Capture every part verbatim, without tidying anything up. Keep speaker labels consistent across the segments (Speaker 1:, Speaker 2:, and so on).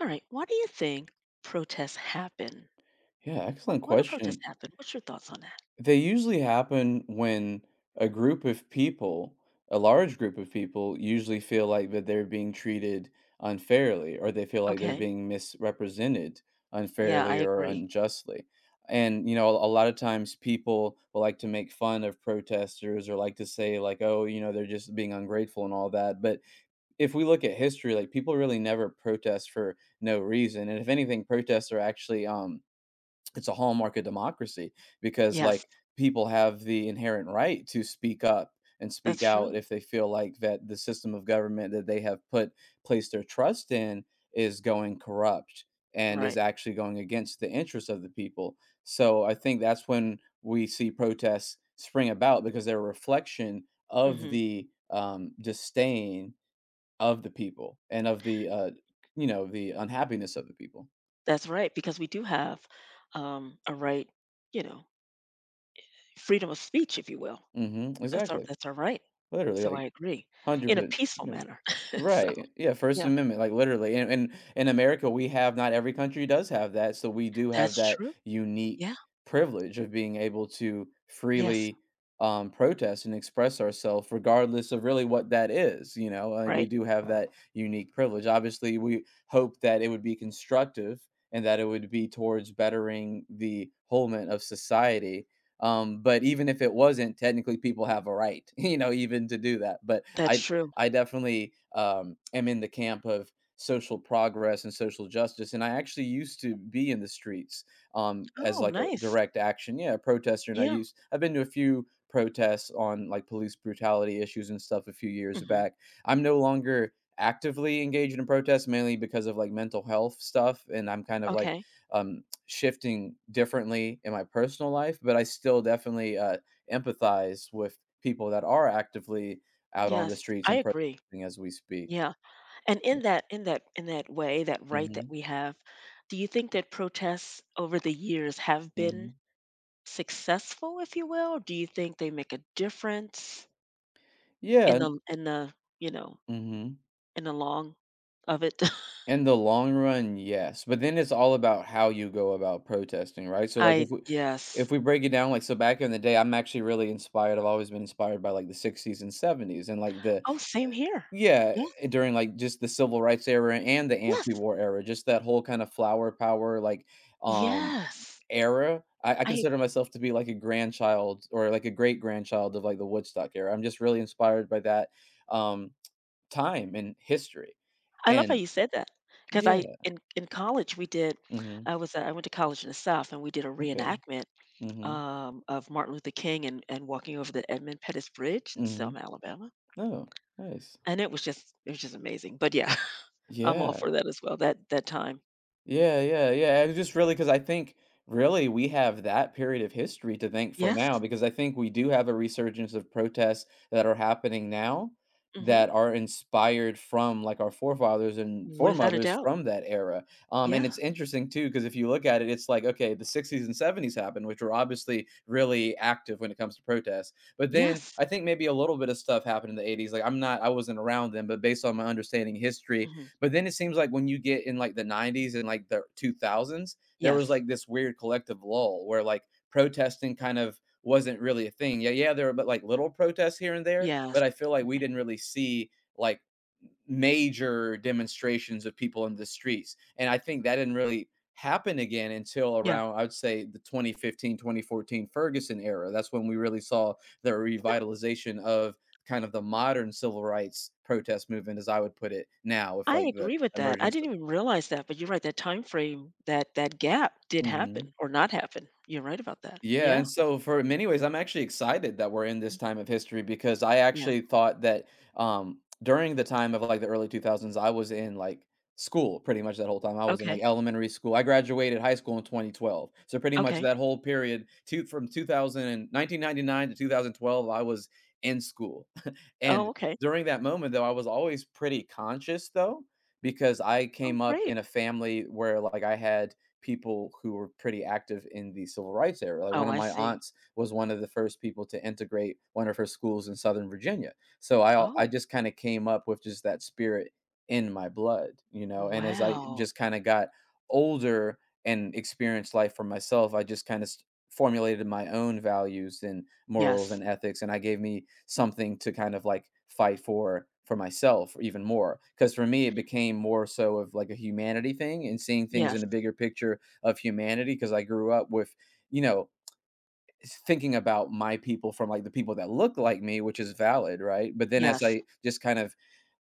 Speaker 1: All right. Why do you think protests happen?
Speaker 2: Yeah,
Speaker 1: What
Speaker 2: excellent
Speaker 1: what do protests
Speaker 2: question.
Speaker 1: happen? What's your thoughts on that?
Speaker 2: They usually happen when a group of people, a large group of people, usually feel like that they're being treated unfairly, or they feel like they're
Speaker 1: Okay.
Speaker 2: being misrepresented
Speaker 1: Yeah, I
Speaker 2: unfairly or
Speaker 1: agree.
Speaker 2: unjustly. And, you know, a lot of times people will like to make fun of protesters or like to say, like, oh, you know, they're just being ungrateful and all that. But if we look at history, like, people really never protest for no reason. And if anything, protests are actually, um, it's a hallmark of democracy because,
Speaker 1: Yes,
Speaker 2: like, people have the inherent right to speak up and speak
Speaker 1: that's
Speaker 2: out
Speaker 1: true.
Speaker 2: if they feel like that the system of government that they have put placed their trust in is going corrupt and is
Speaker 1: Right.
Speaker 2: actually going against the interests of the people. So I think that's when we see protests spring about, because they're a reflection of
Speaker 1: Hmm.
Speaker 2: the um, disdain of the people and of the uh, you know, the unhappiness of the people.
Speaker 1: That's right. Because we do have um, a right, you know, freedom of speech, if you will.
Speaker 2: hmm
Speaker 1: That's our
Speaker 2: Exactly,
Speaker 1: that's our right.
Speaker 2: literally,
Speaker 1: So
Speaker 2: like,
Speaker 1: I agree in a
Speaker 2: one hundred percent.
Speaker 1: peaceful
Speaker 2: Yeah.
Speaker 1: manner. So
Speaker 2: Right. Yeah, First
Speaker 1: yeah,
Speaker 2: Amendment, like, literally, and and in America, we have, not every country does have that, so we do have
Speaker 1: that's
Speaker 2: that
Speaker 1: true.
Speaker 2: unique
Speaker 1: Yeah.
Speaker 2: privilege of being able to
Speaker 1: Yes.
Speaker 2: freely, um, protest and express ourselves regardless of really what that is, you know? Like, we
Speaker 1: Right.
Speaker 2: do have that unique privilege. Obviously, we hope that it would be constructive and that it would be towards bettering the wholement of society, um, but even if it wasn't, technically people have a right, you know, even to do that. But
Speaker 1: That's
Speaker 2: I
Speaker 1: true.
Speaker 2: I definitely um, am in the camp of social progress and social justice. And I actually used to be in the streets um, as
Speaker 1: Oh,
Speaker 2: like a
Speaker 1: nice.
Speaker 2: direct action, yeah, a protester. And I
Speaker 1: Yeah.
Speaker 2: used I've been to a few protests on like police brutality issues and stuff a few years
Speaker 1: Hmm.
Speaker 2: back. I'm no longer actively engaged in protests, mainly because of like mental health stuff, and I'm kind of like
Speaker 1: Okay.
Speaker 2: um shifting differently in my personal life. But I still definitely uh empathize with people that are actively out on the
Speaker 1: Yes,
Speaker 2: streets
Speaker 1: I
Speaker 2: and
Speaker 1: agree.
Speaker 2: protesting as we speak.
Speaker 1: Yeah. And
Speaker 2: Yeah.
Speaker 1: in that in that in that way, that right that
Speaker 2: Mhm,
Speaker 1: we have, do you think that protests over the years have been
Speaker 2: mhm.
Speaker 1: successful, if you will? Do you think they make a difference
Speaker 2: Yeah,
Speaker 1: in
Speaker 2: and
Speaker 1: the in the, you know,
Speaker 2: mhm.
Speaker 1: in the long of it?
Speaker 2: In the long run, yes, but then it's all about how you go about protesting, right? So, like, if
Speaker 1: I
Speaker 2: we
Speaker 1: Yes.
Speaker 2: if we break it down, like, so back in the day, I'm actually really inspired, I've always been inspired by, like, the sixties and seventies and, like, the
Speaker 1: Oh, same here.
Speaker 2: yeah,
Speaker 1: Yeah.
Speaker 2: eh, during, like, just the civil rights era and the
Speaker 1: Yes.
Speaker 2: anti-war era, just that whole kind of flower power, like, um
Speaker 1: Yes.
Speaker 2: era. I I
Speaker 1: I
Speaker 2: consider myself to be like a grandchild or like a great grandchild of like the Woodstock era. I'm just really inspired by that, um, time and history.
Speaker 1: I love how
Speaker 2: And
Speaker 1: you said that because I
Speaker 2: yeah.
Speaker 1: in in college we did
Speaker 2: Mhm.
Speaker 1: I was uh, I went to college in the South and we did a
Speaker 2: Okay.
Speaker 1: reenactment
Speaker 2: Mhm.
Speaker 1: um, of Martin Luther King and and walking over the Edmund Pettus Bridge in Selma,
Speaker 2: Mhm.
Speaker 1: Alabama,
Speaker 2: Oh, nice.
Speaker 1: and it was just it was just amazing. But yeah, I'm all
Speaker 2: Yeah.
Speaker 1: for that as well. That that time.
Speaker 2: Yeah, yeah, yeah, and just really because I think, really, we have that period of history to thank for
Speaker 1: Yes.
Speaker 2: now, because I think we do have a resurgence of protests that are happening now
Speaker 1: Hmm.
Speaker 2: that are inspired from, like, our forefathers and
Speaker 1: Without a
Speaker 2: foremothers
Speaker 1: doubt.
Speaker 2: from that era, um, and
Speaker 1: Yeah.
Speaker 2: it's interesting too, because if you look at it, it's like, okay, the sixties and seventies happened, which were obviously really active when it comes to protests, but then
Speaker 1: Yes.
Speaker 2: I think maybe a little bit of stuff happened in the eighties, like, I'm not I wasn't around then, but based on my understanding of history.
Speaker 1: Hmm.
Speaker 2: But then it seems like when you get in like the nineties and like the two thousands, there was
Speaker 1: Yes.
Speaker 2: like this weird collective lull where like protesting kind of wasn't really a thing. Yeah, yeah, there were, but like little protests here and there,
Speaker 1: Yes.
Speaker 2: but I feel like we
Speaker 1: Mhm.
Speaker 2: didn't really see like major demonstrations of people in the streets. And I think that didn't really happen again until
Speaker 1: Yeah.
Speaker 2: around, I would say, the twenty fifteen, twenty fourteen Ferguson era. That's when we really saw the
Speaker 1: You know,
Speaker 2: revitalization of kind of the modern civil rights protest movement, as I would put it now, with
Speaker 1: I
Speaker 2: like the
Speaker 1: agree with that. I
Speaker 2: emergence of.
Speaker 1: didn't even realize that, but you're right. That time frame, that that gap did happen
Speaker 2: Mhm.
Speaker 1: or not happen. You're right about that.
Speaker 2: Yeah,
Speaker 1: Yeah.
Speaker 2: and so for in many ways, I'm actually excited that we're in this time of history, because I
Speaker 1: Yes.
Speaker 2: actually thought that um, during the time of like the early two thousands, I was in like school pretty much that whole time. I was in
Speaker 1: Okay,
Speaker 2: like elementary school. I graduated high school in twenty twelve. So pretty much
Speaker 1: okay.
Speaker 2: that whole period two, from two thousand and nineteen ninety-nine to two thousand twelve, I was in school.
Speaker 1: Oh,
Speaker 2: And
Speaker 1: okay.
Speaker 2: during that moment, though, I was always pretty conscious, though, because I
Speaker 1: Oh,
Speaker 2: came up
Speaker 1: great.
Speaker 2: in a family where like I had people who were pretty active in the civil rights era. Like, one
Speaker 1: Oh,
Speaker 2: of
Speaker 1: I
Speaker 2: my
Speaker 1: see.
Speaker 2: aunts was one of the first people to integrate one of her schools in Southern Virginia. So I al- I
Speaker 1: Oh,
Speaker 2: just kind of came up with just that spirit in my blood, you know. And as I
Speaker 1: wow.
Speaker 2: just kind of got older and experienced life for myself, I just kind of formulated my own values and morals
Speaker 1: Yes.
Speaker 2: and ethics, and I gave me something to kind of like fight for for myself even more, because for me it became more so of like a humanity thing and seeing things in
Speaker 1: Yes,
Speaker 2: a bigger picture of humanity, because I grew up with, you know, s- thinking about my people, from like the people that look like me, which is valid, right? But then as
Speaker 1: yes.
Speaker 2: I just kind of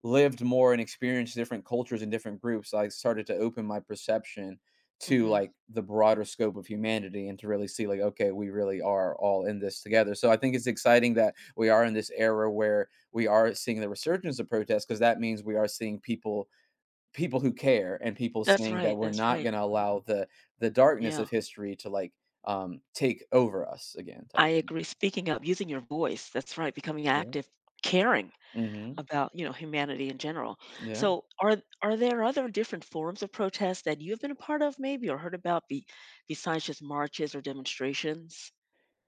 Speaker 2: lived more and experienced different cultures and different groups, I started to open my perception to
Speaker 1: Mhm.
Speaker 2: like the broader scope of humanity and to really see, like, okay, we really are all in this together. So I think it's exciting that we are in this era where we are seeing the resurgence of protests, because that means we are seeing people people who care and people
Speaker 1: That's
Speaker 2: saying that
Speaker 1: right,
Speaker 2: we're
Speaker 1: that's
Speaker 2: not
Speaker 1: right.
Speaker 2: going to allow the the darkness of
Speaker 1: Yeah,
Speaker 2: history to like um take over us again
Speaker 1: I
Speaker 2: type
Speaker 1: agree. Speaking up, using your voice, that's right, becoming
Speaker 2: yeah
Speaker 1: active, caring
Speaker 2: mhm
Speaker 1: about, you know, humanity in general.
Speaker 2: yeah.
Speaker 1: So are are there other different forms of protest that you've been a part of maybe or heard about be, besides just marches or demonstrations?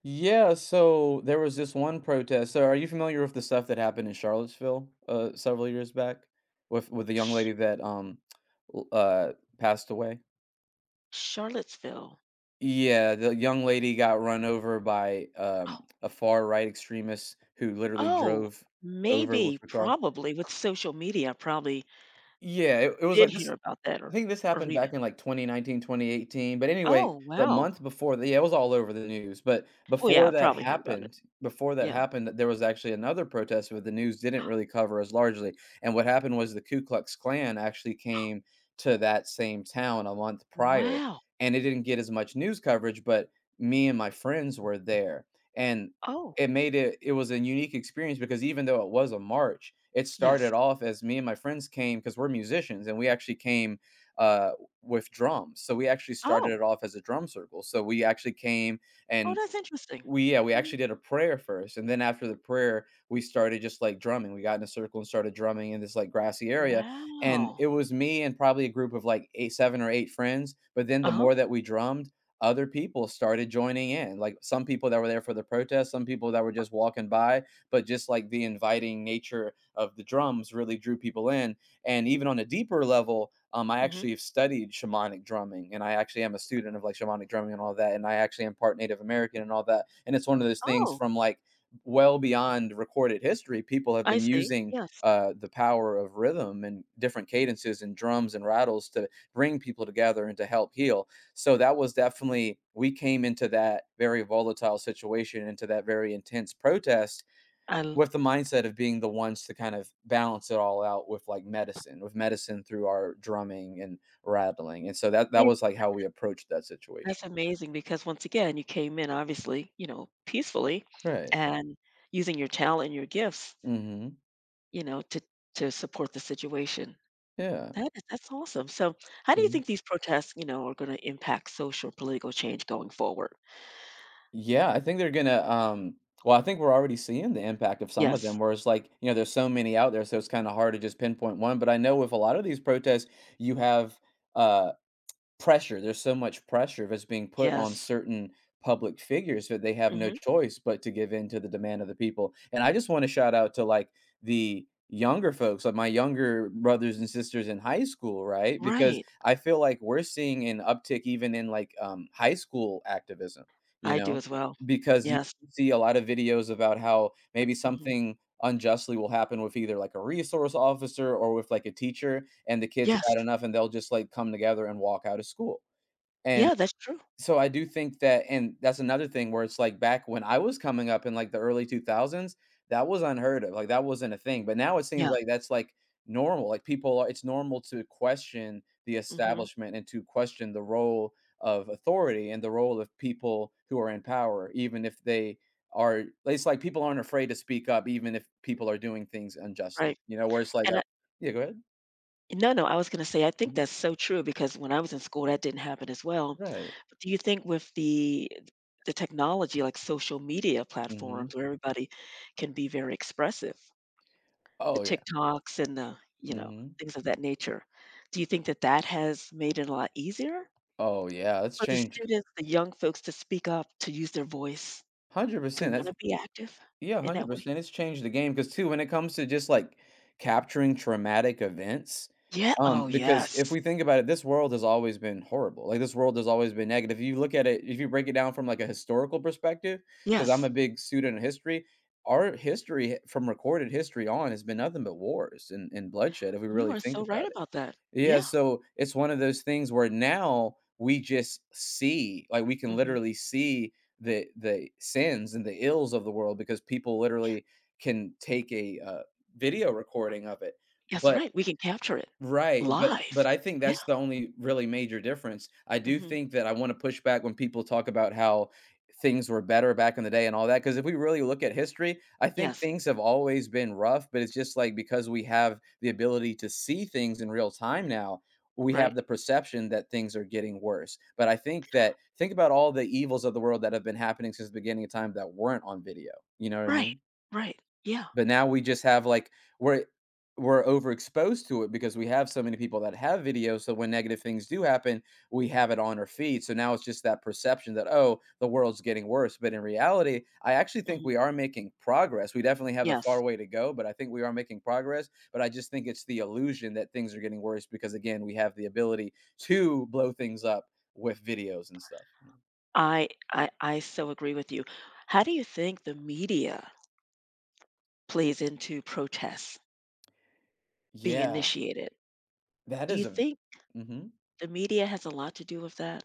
Speaker 2: Yeah, so there was this one protest. So are you familiar with the stuff that happened in Charlottesville uh, several years back with with the young
Speaker 1: Sh
Speaker 2: lady that um l- uh passed away?
Speaker 1: Charlottesville.
Speaker 2: Yeah, the young lady got run over by um
Speaker 1: Oh,
Speaker 2: a far right extremist who literally
Speaker 1: oh,
Speaker 2: drove over with
Speaker 1: maybe,
Speaker 2: her car.
Speaker 1: probably with social media, I probably
Speaker 2: Yeah, it, it was
Speaker 1: did
Speaker 2: like this
Speaker 1: hear about that
Speaker 2: I
Speaker 1: or,
Speaker 2: think this
Speaker 1: or
Speaker 2: happened
Speaker 1: read
Speaker 2: back
Speaker 1: it.
Speaker 2: in like twenty nineteen, twenty eighteen. But anyway,
Speaker 1: Oh,
Speaker 2: the
Speaker 1: wow.
Speaker 2: month before the yeah, it was all over the news, but
Speaker 1: Oh yeah,
Speaker 2: before
Speaker 1: I
Speaker 2: that
Speaker 1: probably heard about it.
Speaker 2: happened before that
Speaker 1: Yeah.
Speaker 2: happened, there was actually another protest, but the news didn't really cover as largely, and what happened was the Ku Klux Klan actually came to that same town a month prior,
Speaker 1: Wow.
Speaker 2: and it didn't get as much news coverage, but me and my friends were there, and
Speaker 1: Oh,
Speaker 2: it made it it was a unique experience because even though it was a march, it started
Speaker 1: yes.
Speaker 2: off as me and my friends came because 'cause we're musicians, and we actually came uh, with drums. So we actually started it
Speaker 1: Oh.
Speaker 2: off as a drum circle. So we actually came
Speaker 1: Oh,
Speaker 2: and
Speaker 1: that's interesting.
Speaker 2: we yeah, we
Speaker 1: Mhm.
Speaker 2: actually did a prayer first. And then after the prayer, we started just like drumming. We got in a circle and started drumming in this like grassy area. And it
Speaker 1: Wow.
Speaker 2: was me and probably a group of like eight, seven or eight friends. But then the
Speaker 1: Uh-huh.
Speaker 2: more that we drummed, other people started joining in. Like, some people that were there for the protest, some people that were just walking by, but just like the inviting nature of the drums really drew people in. And even on a deeper level, um, I
Speaker 1: Mhm.
Speaker 2: actually have studied shamanic drumming, and I actually am a student of like shamanic drumming and all that. And I actually am part Native American and all that. And it's one of those things
Speaker 1: Oh,
Speaker 2: from like well beyond recorded history. People have
Speaker 1: I
Speaker 2: been
Speaker 1: see.
Speaker 2: using
Speaker 1: Yes.
Speaker 2: uh, the power of rhythm and different cadences and drums and rattles to bring people together and to help heal. So that was definitely, we came into that very volatile situation, into that very intense protest
Speaker 1: I l
Speaker 2: with the mindset of being the ones to kind of balance it all out with, like, medicine with medicine through our drumming and rattling, and so that that
Speaker 1: Yeah,
Speaker 2: was, like, how we approached that
Speaker 1: that's
Speaker 2: situation.
Speaker 1: amazing because once again, you came in obviously, you know, peacefully
Speaker 2: Right.
Speaker 1: and using your talent and your gifts,
Speaker 2: Mhm.
Speaker 1: you know, to to support the situation.
Speaker 2: Yeah.
Speaker 1: That is that's awesome. So, how do you
Speaker 2: Mhm.
Speaker 1: think these protests, you know, are gonna impact social political change going forward?
Speaker 2: Yeah, I think they're gonna, um well, I think we're already seeing the impact of some of them
Speaker 1: Yes.
Speaker 2: where it's like, you know, there's so many out there, so it's kinda hard to just pinpoint one, but I know with a lot of these protests. you have, uh Pressure, there's so much pressure that's being put on
Speaker 1: Yes.
Speaker 2: certain public figures that they have no
Speaker 1: Mhm.
Speaker 2: choice but to give in to the demand of the people, and I just wanna shout out to, like, the younger folks, like, my younger brothers and sisters in high school, right? Because
Speaker 1: Right.
Speaker 2: I feel like we're seeing an uptick even in, like, um, high school activism, you
Speaker 1: I do
Speaker 2: know?
Speaker 1: as well.
Speaker 2: Because you
Speaker 1: Yes.
Speaker 2: see a lot of videos about how maybe
Speaker 1: Mhm.
Speaker 2: something unjustly will happen with either like a resource officer or with like a teacher, and the kids
Speaker 1: Yes.
Speaker 2: have had enough and they'll just like come together and walk out of school. And
Speaker 1: Yeah, that's true.
Speaker 2: so I do think that, and that's another thing where it's like back when I was coming up in like the early two thousands, that was unheard of, like, that wasn't a thing, but now it seems
Speaker 1: Yeah.
Speaker 2: like that's like normal, like people are it's normal to question the
Speaker 1: Mhm.
Speaker 2: establishment and to question the role of authority and the role of people who are in power, even if they are it's like people aren't afraid to speak up even if people are doing things unjustly,
Speaker 1: Right.
Speaker 2: you know, where it's like,
Speaker 1: And
Speaker 2: uh
Speaker 1: I
Speaker 2: Yeah, go ahead.
Speaker 1: No, no, I was gonna say, I think
Speaker 2: Mhm,
Speaker 1: that's so true because when I was in school, that didn't happen as well.
Speaker 2: right.
Speaker 1: But do you think with the the technology, like social media
Speaker 2: Mhm.
Speaker 1: platforms where everybody can be very expressive, the
Speaker 2: Oh, yeah.
Speaker 1: TikToks and the, you know,
Speaker 2: Mhm.
Speaker 1: things of that nature, do you think that that has made it a lot easier
Speaker 2: Oh, yeah, it's
Speaker 1: for the
Speaker 2: changed
Speaker 1: students, the young folks to speak up, to use their voice, to
Speaker 2: one hundred percent, that's
Speaker 1: wanna be active
Speaker 2: yeah,
Speaker 1: in that way?
Speaker 2: one hundred percent, it's changed the game because too, when it comes to just, like, capturing traumatic events,
Speaker 1: Yeah.
Speaker 2: um,
Speaker 1: Oh,
Speaker 2: because if
Speaker 1: yes.
Speaker 2: we think about it, this world has always been horrible, like, this world has always been negative. If you look at it If you break it down from, like, a historical perspective, because 'cause I'm a
Speaker 1: Yes.
Speaker 2: big student of history, our history h- from recorded history on has been nothing but wars and and bloodshed if we
Speaker 1: You
Speaker 2: really
Speaker 1: are
Speaker 2: think
Speaker 1: so right
Speaker 2: about it.
Speaker 1: about that.
Speaker 2: Yeah,
Speaker 1: Yeah.
Speaker 2: so it's one of those things where now we just see, like we can
Speaker 1: Mhm.
Speaker 2: literally see the the sins and the ills of the world because people literally can take a uh, video recording of it.
Speaker 1: That's
Speaker 2: But
Speaker 1: right. We can capture it
Speaker 2: Right, but but
Speaker 1: live.
Speaker 2: I think
Speaker 1: Yeah.
Speaker 2: that's the only really major difference. I do
Speaker 1: Mhm.
Speaker 2: think that I wanna push back when people talk about how things were better back in the day and all that, because if we really look at history, I think
Speaker 1: Yes.
Speaker 2: things have always been rough, but it's just like because we have the ability to see things in real time now, we have
Speaker 1: Right.
Speaker 2: the perception that things are getting worse. But I think that think about all the evils of the world that have been happening since the beginning of time that weren't on video, you know what I
Speaker 1: Right.
Speaker 2: mean?
Speaker 1: Right. Yeah.
Speaker 2: But now we just have, like we're we're overexposed to it because we have so many people that have videos, so when negative things do happen, we have it on our feed, so now it's just that perception that, "Oh, the world's getting worse," but in reality, I actually think
Speaker 1: Mhm.
Speaker 2: we are making progress. We definitely have a far
Speaker 1: Yes.
Speaker 2: way to go, but I think we are making progress, but I just think it's the illusion that things are getting worse because, again, we have the ability to blow things up with videos and stuff.
Speaker 1: I I I so agree with you. How do you think the media plays into protests being
Speaker 2: Yeah.
Speaker 1: initiated?
Speaker 2: that
Speaker 1: Do you
Speaker 2: is a
Speaker 1: think
Speaker 2: Mhm.
Speaker 1: the media has a lot to do with that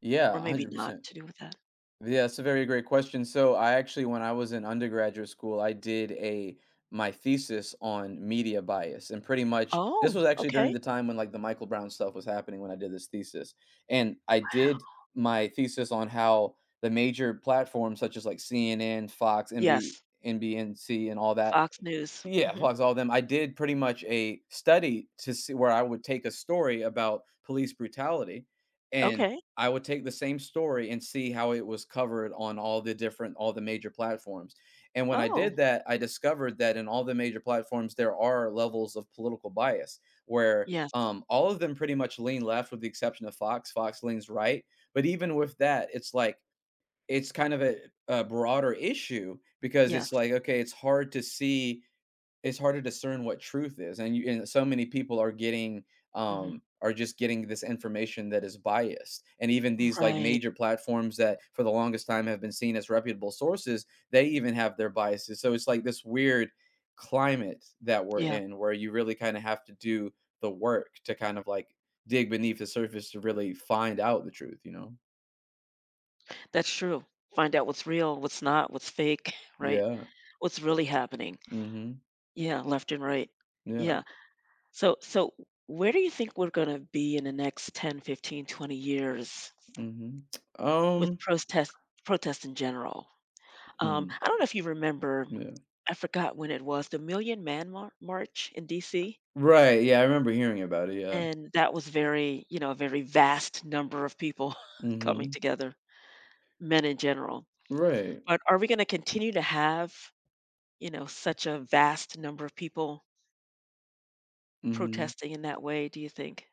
Speaker 2: Yeah,
Speaker 1: or maybe not
Speaker 2: one hundred percent.
Speaker 1: to do with that?
Speaker 2: Yeah, that's a very great question. So I actually, when I was in undergraduate school, I did a my thesis on media bias, and pretty much this
Speaker 1: Oh,
Speaker 2: was actually during
Speaker 1: okay.
Speaker 2: the time when like the Michael Brown stuff was happening when I did this thesis, and I
Speaker 1: Wow.
Speaker 2: did my thesis on how the major platforms such as like C N N, Fox, M B,
Speaker 1: Yes.
Speaker 2: N B N C, and all that,
Speaker 1: Fox News.
Speaker 2: yeah,
Speaker 1: Mhm.
Speaker 2: plus all of them. I did pretty much a study to see where I would take a story about police brutality, and
Speaker 1: Okay.
Speaker 2: I would take the same story and see how it was covered on all the different all the major platforms. And when I
Speaker 1: Oh,
Speaker 2: did that, I discovered that in all the major platforms there are levels of political bias where
Speaker 1: yes.
Speaker 2: um, all of them pretty much lean left with the exception of Fox. Fox leans right, but even with that, it's like it's kind of a, a broader issue because
Speaker 1: Yes.
Speaker 2: it's like okay, it's hard to see it's hard to discern what truth is, and you and so many people are getting
Speaker 1: Mhm.
Speaker 2: um are just getting this information that is biased, and even these like
Speaker 1: Right.
Speaker 2: major platforms that for the longest time have been seen as reputable sources, they even have their biases. So it's like this weird climate that we're
Speaker 1: Yeah.
Speaker 2: in where you really kind of have to do the work to kind of like dig beneath the surface to really find out the truth, you know?
Speaker 1: That's true. Find out what's real, what's not, what's fake. Right?
Speaker 2: Yeah.
Speaker 1: What's really happening.
Speaker 2: Mhm.
Speaker 1: Yeah, left and right.
Speaker 2: Yeah.
Speaker 1: Yeah. So so where do you think we're going to be in the next ten, fifteen, twenty years
Speaker 2: Mhm. um
Speaker 1: with protest protest in general? Um,
Speaker 2: hmm,
Speaker 1: I don't know if you remember,
Speaker 2: yeah.
Speaker 1: I forgot when it was, the Million Man Mar- March in D C,
Speaker 2: Right. Yeah, I remember hearing about it. Yeah.
Speaker 1: and that was very, you know, a very vast number of people coming
Speaker 2: Mhm.
Speaker 1: together, men in general.
Speaker 2: Right.
Speaker 1: But are we going to continue to have you know, such a vast number of people
Speaker 2: Mhm.
Speaker 1: protesting in that way, do you think?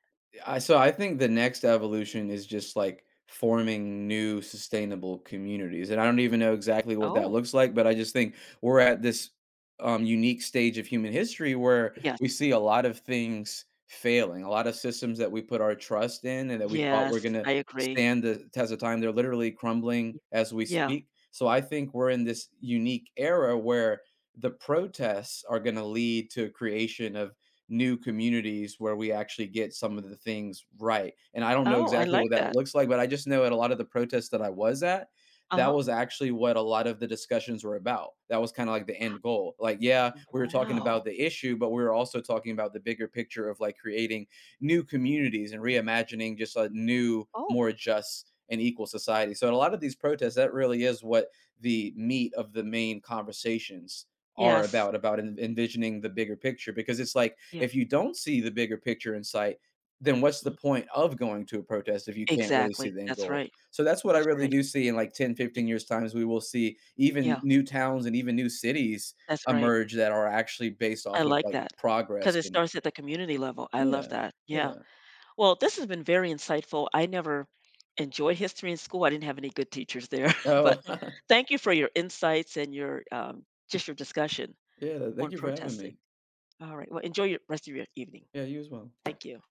Speaker 2: I so I think the next evolution is just, like, forming new sustainable communities, and I don't even know exactly what that
Speaker 1: Oh,
Speaker 2: looks like, but I just think we're at this, um, unique stage of human history where
Speaker 1: yes.
Speaker 2: we see a lot of things failing, a lot of systems that we put our trust in and that we thought were
Speaker 1: Yes,
Speaker 2: gonna
Speaker 1: I agree.
Speaker 2: stand the test of time, they're literally crumbling
Speaker 1: Y
Speaker 2: as we
Speaker 1: Yeah.
Speaker 2: speak. So I think we're in this unique era where the protests are gonna lead to a creation of new communities where we actually get some of the things right. And I don't know
Speaker 1: Oh, I
Speaker 2: exactly
Speaker 1: like
Speaker 2: what that
Speaker 1: that.
Speaker 2: looks like, but I just know at a lot of the protests that I was at, that
Speaker 1: Uh-huh.
Speaker 2: was actually what a lot of the discussions were about. That was kind of like the end goal. Like, yeah, we were talking
Speaker 1: Wow.
Speaker 2: about the issue, but we were also talking about the bigger picture of like creating new communities and reimagining just a new,
Speaker 1: Oh,
Speaker 2: more just and equal society. So, in a lot of these protests, that really is what the meat of the main conversations are
Speaker 1: yes.
Speaker 2: about about en- envisioning the bigger picture, because it's like
Speaker 1: Yeah.
Speaker 2: if you don't see the bigger picture in sight, then what's the
Speaker 1: Mm.
Speaker 2: point of going to a protest if you can't really see
Speaker 1: Exactly.
Speaker 2: the end
Speaker 1: That's
Speaker 2: goal?
Speaker 1: right.
Speaker 2: So that's what I
Speaker 1: That's
Speaker 2: really
Speaker 1: right.
Speaker 2: do see in like ten,
Speaker 1: Y
Speaker 2: fifteen years times, we will see even
Speaker 1: Yeah.
Speaker 2: new towns and even new cities
Speaker 1: That's right.
Speaker 2: emerge that are actually based off
Speaker 1: I
Speaker 2: of
Speaker 1: like
Speaker 2: like
Speaker 1: that
Speaker 2: progress
Speaker 1: because it
Speaker 2: and
Speaker 1: starts at the community level. I love
Speaker 2: yeah.
Speaker 1: that. Yeah.
Speaker 2: Yeah.
Speaker 1: Well, this has been very insightful. I never enjoyed history in school. I didn't have any good teachers there,
Speaker 2: Oh.
Speaker 1: but thank you for your insights and your um, just your discussion
Speaker 2: Yeah, thank
Speaker 1: on
Speaker 2: you for having me.
Speaker 1: protesting. All right. Well, enjoy your rest of your evening.
Speaker 2: Yeah, you as well.
Speaker 1: Thank you.